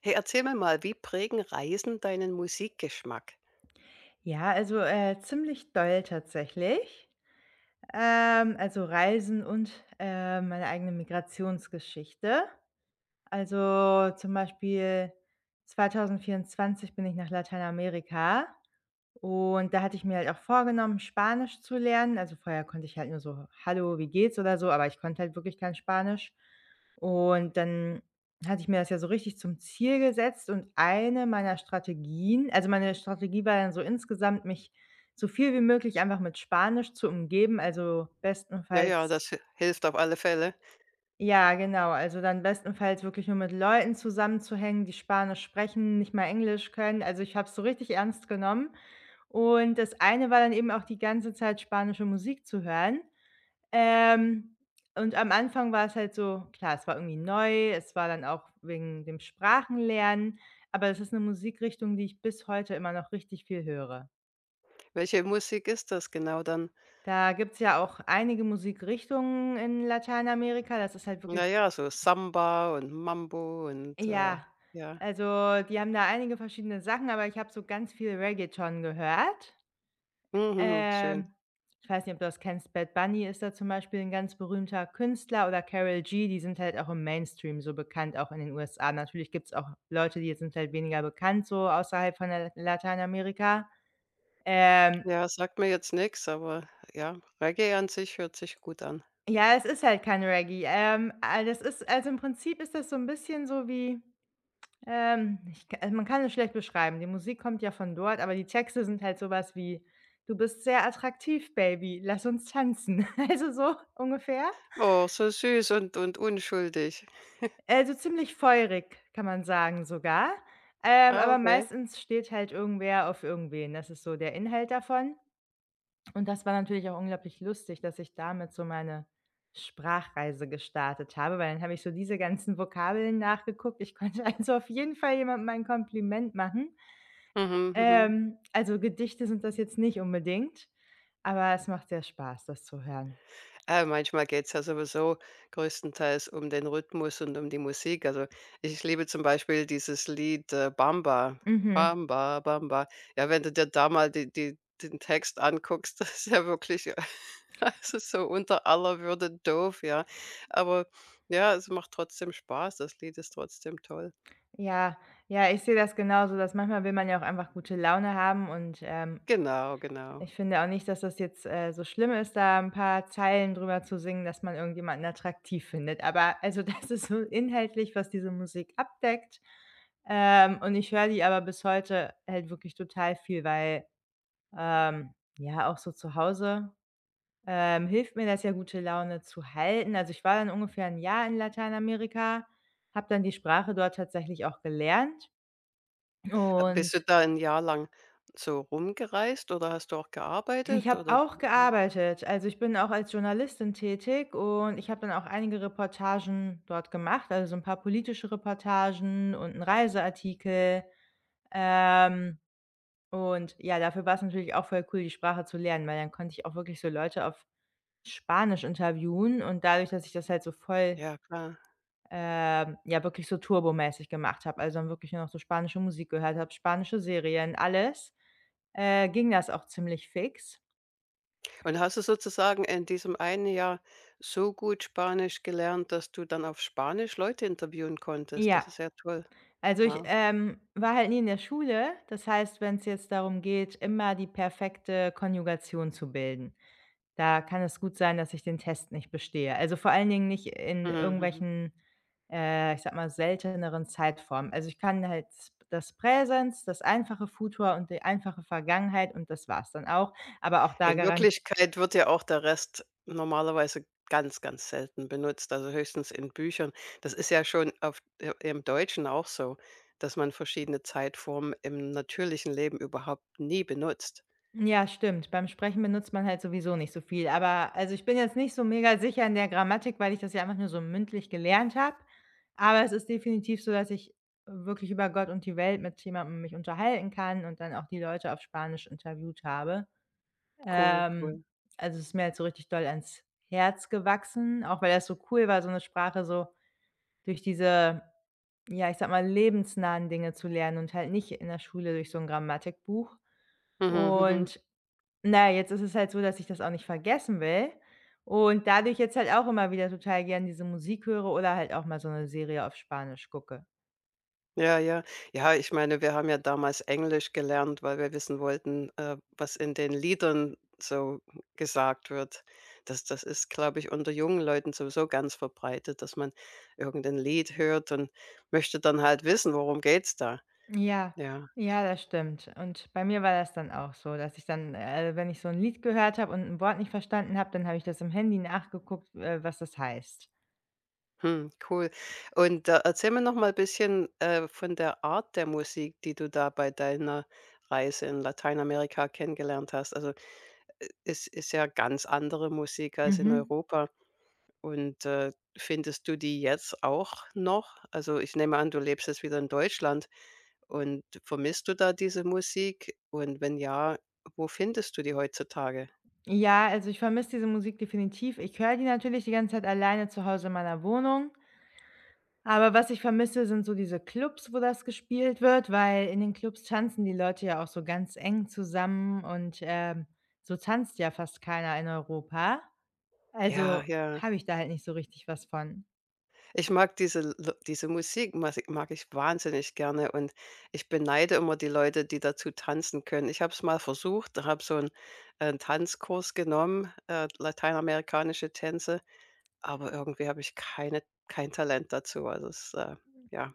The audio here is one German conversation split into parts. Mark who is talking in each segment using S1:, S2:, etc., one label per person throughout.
S1: Hey, erzähl mir mal, wie prägen Reisen deinen Musikgeschmack?
S2: Ja, also, ziemlich doll tatsächlich. Also, Reisen und, meine eigene Migrationsgeschichte. Also, zum Beispiel 2024 bin ich nach Lateinamerika und da hatte ich mir halt auch vorgenommen, Spanisch zu lernen. Also, vorher konnte ich halt nur so: „Hallo, wie geht's?" oder so, aber ich konnte halt wirklich kein Spanisch. Und dann hatte ich mir das ja so richtig zum Ziel gesetzt und eine meiner Strategien, also, meine Strategie war dann so insgesamt, mich so viel wie möglich einfach mit Spanisch zu umgeben, also
S1: Ja, ja,
S2: bestenfalls.
S1: das hi hilft auf alle Fälle.
S2: Ja, genau. Also, dann bestenfalls wirklich nur mit Leuten zusammenzuhängen, die Spanisch sprechen, nicht mal Englisch können. Also, ich habe es so richtig ernst genommen. Und das eine war dann eben auch die ganze Zeit spanische Musik zu hören. Ähm, und am Anfang war es halt so klar, es war irgendwie neu, es war dann auch wegen dem Sprachenlernen, aber es ist eine Musikrichtung, die ich bis heute immer noch richtig viel höre.
S1: Welche Musik ist das genau dann?
S2: Da gibt's ja auch einige Musikrichtungen in Lateinamerika. Das ist halt
S1: Na
S2: wirklich.
S1: ja, so Samba und Mambo und,
S2: Ja,
S1: ja.
S2: also, die haben da einige verschiedene Sachen, aber ich habe so ganz viel Reggaeton gehört.
S1: Mhm, schön.
S2: Ähm, ich weiß nicht, ob du das kennst, Bad Bunny ist da zum Beispiel ein ganz berühmter Künstler oder Karol G, die sind halt auch im Mainstream so bekannt, auch in den USA. Natürlich gibt's auch Leute, die sind halt weniger bekannt so außerhalb von La Lateinamerika. Ähm,
S1: Ja, sagt mir jetzt nichts, aber ja, Reggae an sich hört sich gut an.
S2: ja, es ist halt kein Reggae. Das ist, also, im Prinzip ist das so ein bisschen so wie. Ich k also, man kann es schlecht beschreiben. Die Musik kommt ja von dort, aber die Texte sind halt so was wie: „Du bist sehr attraktiv, Baby, lass uns tanzen." Also, so ungefähr.
S1: Oh, so süß und unschuldig.
S2: Also, ziemlich feurig, kann man sagen sogar. Ähm,
S1: Ah,
S2: aber
S1: okay.
S2: meistens steht halt irgendwer auf irgendwen. Das ist so der Inhalt davon. Und das war natürlich auch unglaublich lustig, dass ich damit so meine Sprachreise gestartet habe, weil dann habe ich so diese ganzen Vokabeln nachgeguckt. Ich konnte also auf jeden Fall jemandem ein Kompliment machen.
S1: Mhm, mhm.
S2: Also Gedichte sind das jetzt nicht unbedingt, aber es macht sehr Spaß, das zu hören.
S1: Manchmal geht's ja sowieso größtenteils um den Rhythmus und um die Musik. Also, ich liebe zum Beispiel dieses Lied, „Bamba“.
S2: Mhm.
S1: Bamba, Bamba. Ja, wenn du dir da mal die den Text anguckst, das ist ja wirklich also, so unter aller Würde doof, ja. Aber ja, es macht trotzdem Spaß. Das Lied ist trotzdem toll.
S2: Ja, ja, ich sehe das genauso, dass manchmal will man ja auch einfach gute Laune haben und,
S1: Genau, genau.
S2: ich finde auch nicht, dass das jetzt, so schlimm ist, da ein paar Zeilen drüber zu singen, dass man irgendjemanden attraktiv findet. Aber also, das ist so inhaltlich, was diese Musik abdeckt. Und ich höre die aber bis heute halt wirklich total viel, weil, ähm, ja, auch so zu Hause, hilft mir das ja, gute Laune zu halten. Also, ich war dann ungefähr ein Jahr in Lateinamerika, habe dann die Sprache dort tatsächlich auch gelernt,
S1: Ha Bist
S2: und
S1: du da ein Jahr lang so rumgereist oder hast du auch
S2: ich
S1: gearbeitet
S2: habe
S1: oder
S2: auch gearbeitet. Also, ich bin auch als Journalistin tätig und ich habe dann auch einige Reportagen dort gemacht, also, so ein paar politische Reportagen und 'n Reiseartikel. Ähm, und ja, dafür war es natürlich auch voll cool, die Sprache zu lernen, weil dann konnte ich auch wirklich so Leute auf Spanisch interviewen, und dadurch, dass ich das halt so voll,
S1: ja, klar.
S2: ja, wirklich so turbomäßig gemacht habe, also dann wirklich nur noch so spanische Musik gehört habe, spanische Serien, alles, ging das auch ziemlich fix.
S1: Und hast du sozusagen in diesem einen Jahr so gut Spanisch gelernt, dass du dann auf Spanisch Leute interviewen konntest?
S2: Ja,
S1: Das ist ja toll.
S2: also ich,
S1: Wow.
S2: war halt nie in der Schule. Das heißt, wenn es jetzt darum geht, immer die perfekte Konjugation zu bilden. Da kann es gut sein, dass ich den Test nicht bestehe. Also, vor allen Dingen nicht in
S1: Mhm, mhm.
S2: irgendwelchen, ich sag mal, selteneren Zeitformen. Also, ich kann halt s das Präsens, das einfache Futur und die einfache Vergangenheit und das war's dann auch. Aber auch da.
S1: In
S2: Garan
S1: Wirklichkeit wird ja auch der Rest normalerweise ganz, ganz selten benutzt, also höchstens in Büchern. Das ist ja schon auf, im Deutschen auch so, dass man verschiedene Zeitformen im natürlichen Leben überhaupt nie benutzt.
S2: Ja, stimmt. Beim Sprechen benutzt man halt sowieso nicht so viel. Aber also, ich bin jetzt nicht so mega sicher in der Grammatik, weil ich das ja einfach nur so mündlich gelernt habe. Aber es ist definitiv so, dass ich wirklich über Gott und die Welt mit jemandem mich unterhalten kann und dann auch die Leute auf Spanisch interviewt habe.
S1: Cool,
S2: Ähm,
S1: cool.
S2: also, es ist mir halt so richtig doll ans Herz gewachsen, auch weil das so cool war, so eine Sprache so durch diese, ja, ich sag mal, lebensnahen Dinge zu lernen und halt nicht in der Schule durch so ein Grammatikbuch.
S1: Mhm, mhm.
S2: Und na ja, jetzt ist es halt so, dass ich das auch nicht vergessen will und dadurch jetzt halt auch immer wieder total gern diese Musik höre oder halt auch mal so eine Serie auf Spanisch gucke.
S1: Ja, ja. Ja, ich meine, wir haben ja damals Englisch gelernt, weil wir wissen wollten, was in den Liedern so gesagt wird. Das ist, glaube ich, unter jungen Leuten sowieso ganz verbreitet, dass man irgendein Lied hört und möchte dann halt wissen, worum geht's da?
S2: Ja,
S1: Ja,
S2: ja, das stimmt. Und bei mir war das dann auch so, dass ich dann, wenn ich so ein Lied gehört habe und ein Wort nicht verstanden habe, dann habe ich das im Handy nachgeguckt, was das heißt.
S1: hm, cool. Und, erzähl mir noch mal ein bisschen, von der Art der Musik, die du da bei deiner Reise in Lateinamerika kennengelernt hast. Also, es ist ja ganz andere Musik als in
S2: Mhm.
S1: Europa. Und, findest du die jetzt auch noch? Also, ich nehme an, du lebst jetzt wieder in Deutschland und vermisst du da diese Musik? Und wenn ja, wo findest du die heutzutage?
S2: Ja, also, ich vermisse diese Musik definitiv. Ich höre die natürlich die ganze Zeit alleine zu Hause in meiner Wohnung, aber was ich vermisse, sind so diese Clubs, wo das gespielt wird, weil in den Clubs tanzen die Leute ja auch so ganz eng zusammen und, so tanzt ja fast keiner in Europa.
S1: Ja,
S2: Also,
S1: ja.
S2: habe ich da halt nicht so richtig was von.
S1: Ich mag diese Musik mas mag ich wahnsinnig gerne und ich beneide immer die Leute, die dazu tanzen können. Ich habe es mal versucht, habe so einen Tanzkurs genommen, lateinamerikanische Tänze, aber irgendwie habe ich kein Talent dazu. Also, es, ja.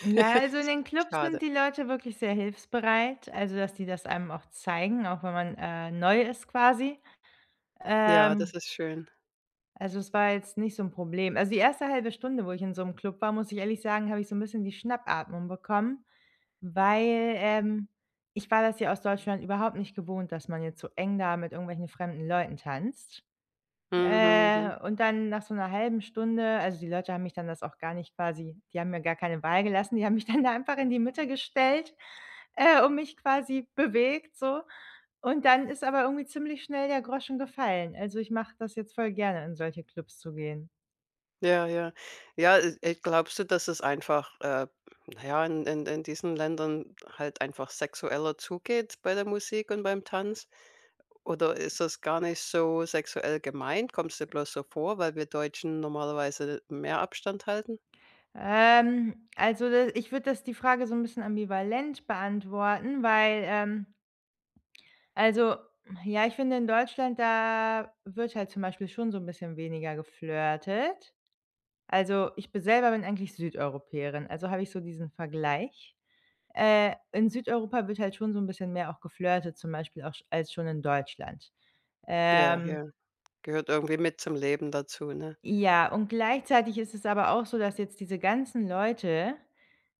S2: Ja, also, in den Clubs sind
S1: Schade.
S2: die Leute wirklich sehr hilfsbereit, also, dass die das einem auch zeigen, auch wenn man, neu ist quasi.
S1: Ja, das
S2: Ähm,
S1: ist schön.
S2: also, es war jetzt nicht so 'n Problem. Also, die erste halbe Stunde, wo ich in so 'nem Club war, muss ich ehrlich sagen, habe ich so 'n bisschen die Schnappatmung bekommen, weil, ich war das ja aus Deutschland überhaupt nicht gewohnt, dass man jetzt so eng da mit irgendwelchen fremden Leuten tanzt.
S1: Mhm, mhm, mhm.
S2: Und dann nach so einer halben Stunde, also, die Leute haben mich dann das auch gar nicht, quasi, die haben mir gar keine Wahl gelassen. Die haben mich dann da einfach in die Mitte gestellt, und mich quasi bewegt, so. Und dann ist aber irgendwie ziemlich schnell der Groschen gefallen. Also, ich mache das jetzt voll gerne, in solche Clubs zu gehen.
S1: Ja, ja. Ja, glaubst du, dass es einfach, na ja, in in diesen Ländern halt einfach sexueller zugeht bei der Musik und beim Tanz? Oder ist das gar nicht so sexuell gemeint? Kommt's dir bloß so vor, weil wir Deutschen normalerweise mehr Abstand halten?
S2: Also, da, ich würde das, die Frage, so ein bisschen ambivalent beantworten, weil, also, ja, ich finde in Deutschland, da wird halt zum Beispiel schon so ein bisschen weniger geflirtet. Also, ich bin selber bin eigentlich Südeuropäerin, also habe ich so diesen Vergleich. In Südeuropa wird halt schon so ein bisschen mehr auch geflirtet, zum Beispiel auch sch als schon in Deutschland.
S1: Ja,
S2: Ähm,
S1: ja, gehört irgendwie mit zum Leben dazu, ne?
S2: ja, und gleichzeitig ist es aber auch so, dass jetzt diese ganzen Leute.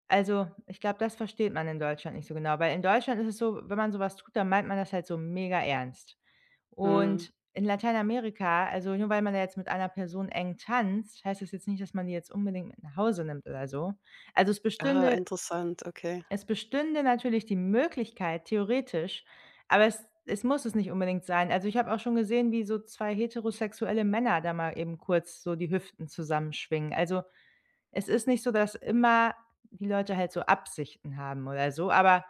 S2: Also, ich glaube, das versteht man in Deutschland nicht so genau, weil in Deutschland ist es so, wenn man so was tut, dann meint man das halt so mega ernst.
S1: Mhm.
S2: Und in Lateinamerika, also, nur weil man da jetzt mit einer Person eng tanzt, heißt das jetzt nicht, dass man die jetzt unbedingt mit nach Hause nimmt oder so. Also, es
S1: Ah,
S2: bestünde
S1: interessant, okay.
S2: es bestünde natürlich die Möglichkeit, theoretisch, aber es muss es nicht unbedingt sein. Also, ich habe auch schon gesehen, wie so 2 heterosexuelle Männer da mal eben kurz so die Hüften zusammenschwingen. Also, es ist nicht so, dass immer die Leute halt so Absichten haben oder so, aber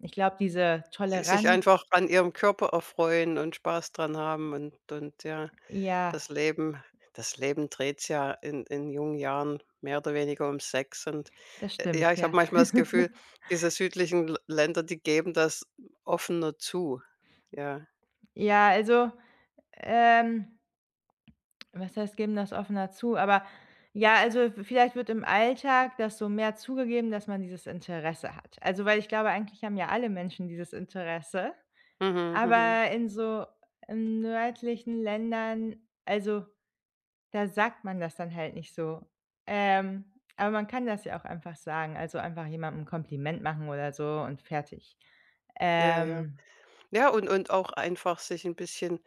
S2: ich glaube, diese
S1: Si Sich
S2: Toleranz.
S1: einfach an ihrem Körper erfreuen und Spaß dran haben und ja,
S2: Ja,
S1: das Leben das Leben dreht sich ja in jungen Jahren mehr oder weniger um Sex und,
S2: das
S1: ja,
S2: stimmt,
S1: ich habe
S2: ja.
S1: manchmal das Gefühl, diese südlichen L Länder, die geben das offener zu. Ja.
S2: Ja, also, ähm, was heißt, geben das offener zu, aber ja, also, vielleicht wird im Alltag das so mehr zugegeben, dass man dieses Interesse hat. Also, weil ich glaube, eigentlich haben ja alle Menschen dieses Interesse,
S1: Mhm, mhm.
S2: aber in so, in nördlichen Ländern, also. Da sagt man das dann halt nicht so. Ähm, aber man kann das ja auch einfach sagen, also einfach jemandem 'n Kompliment machen oder so und fertig.
S1: Ja, ja.
S2: Ähm,
S1: Ja, und auch einfach sich ein bisschen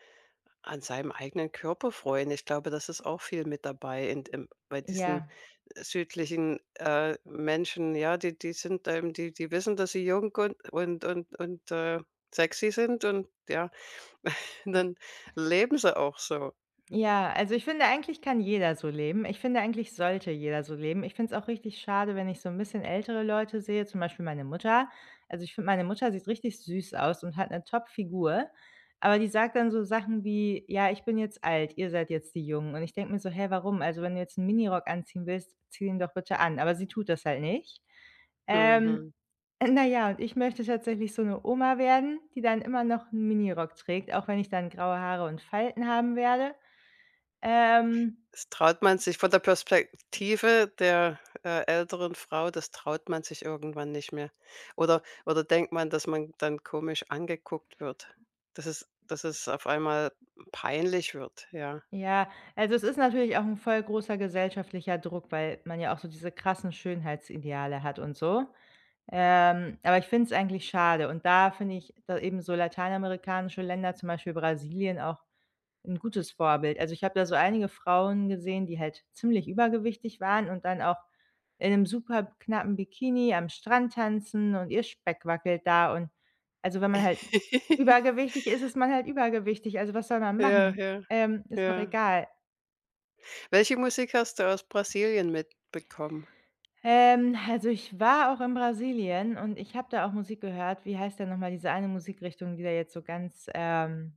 S1: an seinem eigenen Körper freuen. Ich glaube, das ist auch viel mit dabei in im bei diesen
S2: ja.
S1: südlichen, Menschen, ja, die sind, die wissen, dass sie jung und sexy sind und ja, dann leben sie auch so.
S2: Ja, also ich finde, eigentlich kann jeder so leben. Ich finde, eigentlich sollte jeder so leben. Ich finde es auch richtig schade, wenn ich so ein bisschen ältere Leute sehe, zum Beispiel meine Mutter. Also, ich finde, meine Mutter sieht richtig süß aus und hat eine Top-Figur, aber die sagt dann so Sachen wie: „Ja, ich bin jetzt alt, ihr seid jetzt die Jungen." Und ich denke mir so: „Hä, warum? Also, wenn du jetzt einen Minirock anziehen willst, zieh ihn doch bitte an." Aber sie tut das halt nicht. Ähm,
S1: Mhm.
S2: na ja, und ich möchte tatsächlich so eine Oma werden, die dann immer noch einen Minirock trägt, auch wenn ich dann graue Haare und Falten haben werde. Ähm,
S1: Das traut man sich von der Perspektive der, älteren Frau das traut man sich irgendwann nicht mehr. Oder denkt man, dass man dann komisch angeguckt wird, dass es auf einmal peinlich wird, ja.
S2: ja, also es ist natürlich auch ein voll großer gesellschaftlicher Druck, weil man ja auch so diese krassen Schönheitsideale hat und so. Aber ich finde es eigentlich schade und da finde ich da eben so lateinamerikanische Länder, zum Beispiel Brasilien, auch 'n gutes Vorbild. Also, ich habe da so einige Frauen gesehen, die halt ziemlich übergewichtig waren und dann auch in 'nem super knappen Bikini am Strand tanzen und ihr Speck wackelt da und, also, wenn man halt übergewichtig ist, ist man halt übergewichtig. Also, was soll man
S1: Ja,
S2: machen?
S1: ja,
S2: Ist doch
S1: ja.
S2: egal.
S1: Welche Musik hast du aus Brasilien mitbekommen?
S2: Also, ich war auch in Brasilien und ich habe da auch Musik gehört. Wie heißt denn noch mal diese eine Musikrichtung, die da jetzt so ganz.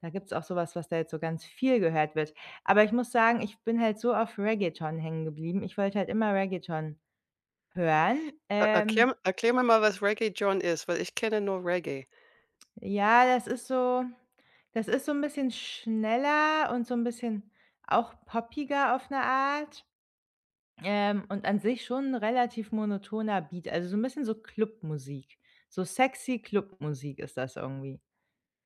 S2: Da gibt's auch sowas, was, was da jetzt so ganz viel gehört wird. Aber ich muss sagen, ich bin halt so auf Reggaeton hängen geblieben. Ich wollte halt immer Reggaeton hören.
S1: Er
S2: Ähm,
S1: erklär erklär mir mal, was Reggae John ist, weil ich kenne nur Reggae.
S2: ja, das ist so 'n bisschen schneller und so 'n bisschen auch poppiger auf 'ne Art, und an sich schon 'n relativ monotoner Beat, also so 'n bisschen so Clubmusik. So sexy Clubmusik ist das irgendwie.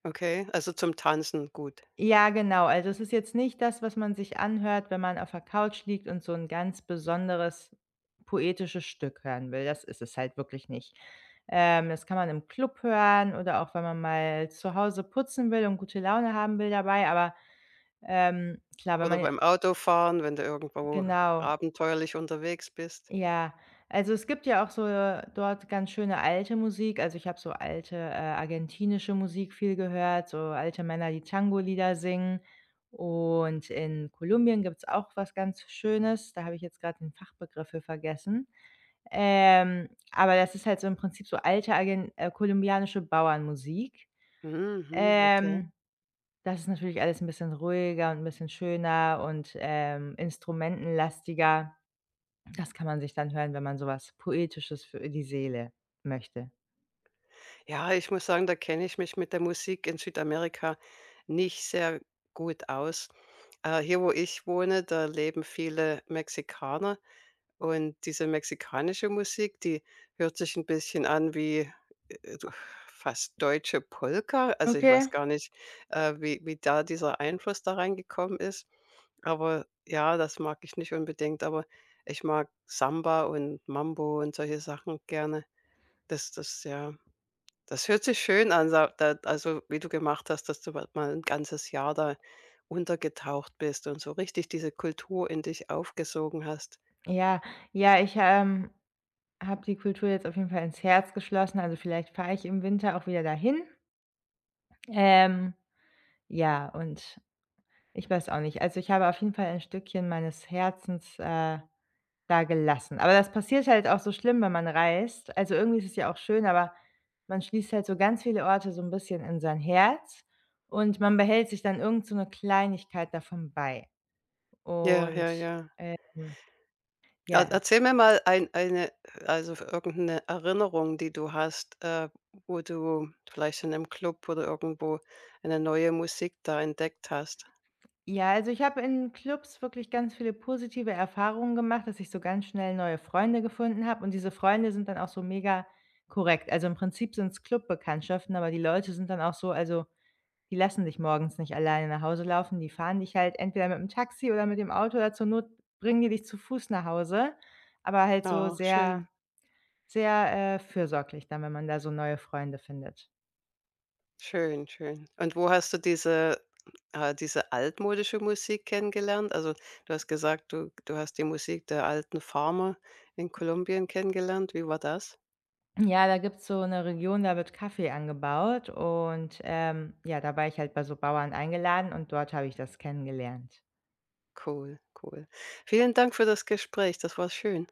S1: Okay, also zum Tanzen gut.
S2: Ja, genau. Also, es ist jetzt nicht das, was man sich anhört, wenn man auf der Couch liegt und so 'n ganz besonderes poetisches Stück hören will. Das ist es halt wirklich nicht. Das kann man im Club hören oder auch, wenn man mal zu Hause putzen will und gute Laune haben will dabei, aber, klar, wenn
S1: Oder
S2: man je
S1: beim Autofahren, wenn du irgendwo
S2: genau.
S1: abenteuerlich unterwegs bist.
S2: Ja, also es gibt ja auch so, dort ganz schöne alte Musik. Also ich habe so alte, argentinische Musik viel gehört, so alte Männer, die Tango-Lieder singen. Und in Kolumbien gibt's auch was ganz Schönes. Da habe ich jetzt gerade den Fachbegriff für vergessen. Aber das ist halt so im Prinzip so alte, argen kolumbianische Bauernmusik.
S1: Mhm, mhm, okay.
S2: Ähm, das ist natürlich alles ein bisschen ruhiger und 'n bisschen schöner und, instrumentenlastiger. Das kann man sich dann hören, wenn man sowas Poetisches für die Seele möchte.
S1: Ja, ich muss sagen, da kenne ich mich mit der Musik in Südamerika nicht sehr gut aus. Hier, wo ich wohne, da leben viele Mexikaner und diese mexikanische Musik, die hört sich ein bisschen an wie, du fast deutsche Polka. Also, ich weiß
S2: Okay.
S1: gar nicht, wie da dieser Einfluss da reingekommen ist. Aber ja, das mag ich nicht unbedingt, aber ich mag Samba und Mambo und solche Sachen gerne. Das das ja Das hört sich schön an, sa da also, wie du gemacht hast, dass du mal 'n ganzes Jahr da untergetaucht bist und so richtig diese Kultur in dich aufgesogen hast.
S2: Ja, ja, ich, habe die Kultur jetzt auf jeden Fall ins Herz geschlossen, also vielleicht fahre ich im Winter auch wieder dahin. Ähm, ja, und ich weiß auch nicht. Also, ich habe auf jeden Fall ein Stückchen meines Herzens, da gelassen. Aber das passiert halt auch so schlimm, wenn man reist. Also, irgendwie ist es ja auch schön, aber man schließt halt so ganz viele Orte so ein bisschen in sein Herz und man behält sich dann irgend so 'ne Kleinigkeit davon bei.
S1: Ja,
S2: Und,
S1: ja, ja.
S2: ähm,
S1: Er
S2: ja.
S1: erzähl mir mal eine also, irgendeine Erinnerung, die du hast, wo du vielleicht in einem Club oder irgendwo eine neue Musik da entdeckt hast.
S2: Ja, also ich habe in Clubs wirklich ganz viele positive Erfahrungen gemacht, dass ich so ganz schnell neue Freunde gefunden habe und diese Freunde sind dann auch so mega korrekt. Also, im Prinzip sind es Clubbekanntschaften, aber die Leute sind dann auch so, also, die lassen dich morgens nicht alleine nach Hause laufen, die fahren dich halt entweder mit dem Taxi oder mit dem Auto oder zur Not bringen die dich zu Fuß nach Hause, aber halt so
S1: Oh, schön.
S2: sehr, sehr, fürsorglich dann, wenn man da so neue Freunde findet.
S1: Schön, schön. Und wo hast du diese diese altmodische Musik kennengelernt? Also, du hast gesagt, du hast die Musik der alten Farmer in Kolumbien kennengelernt. Wie war das?
S2: Ja, da gibt's so 'ne Region, da wird Kaffee angebaut und, ja, da war ich halt bei so Bauern eingeladen und dort habe ich das kennengelernt.
S1: Cool, cool. Vielen Dank für das Gespräch. Das war schön.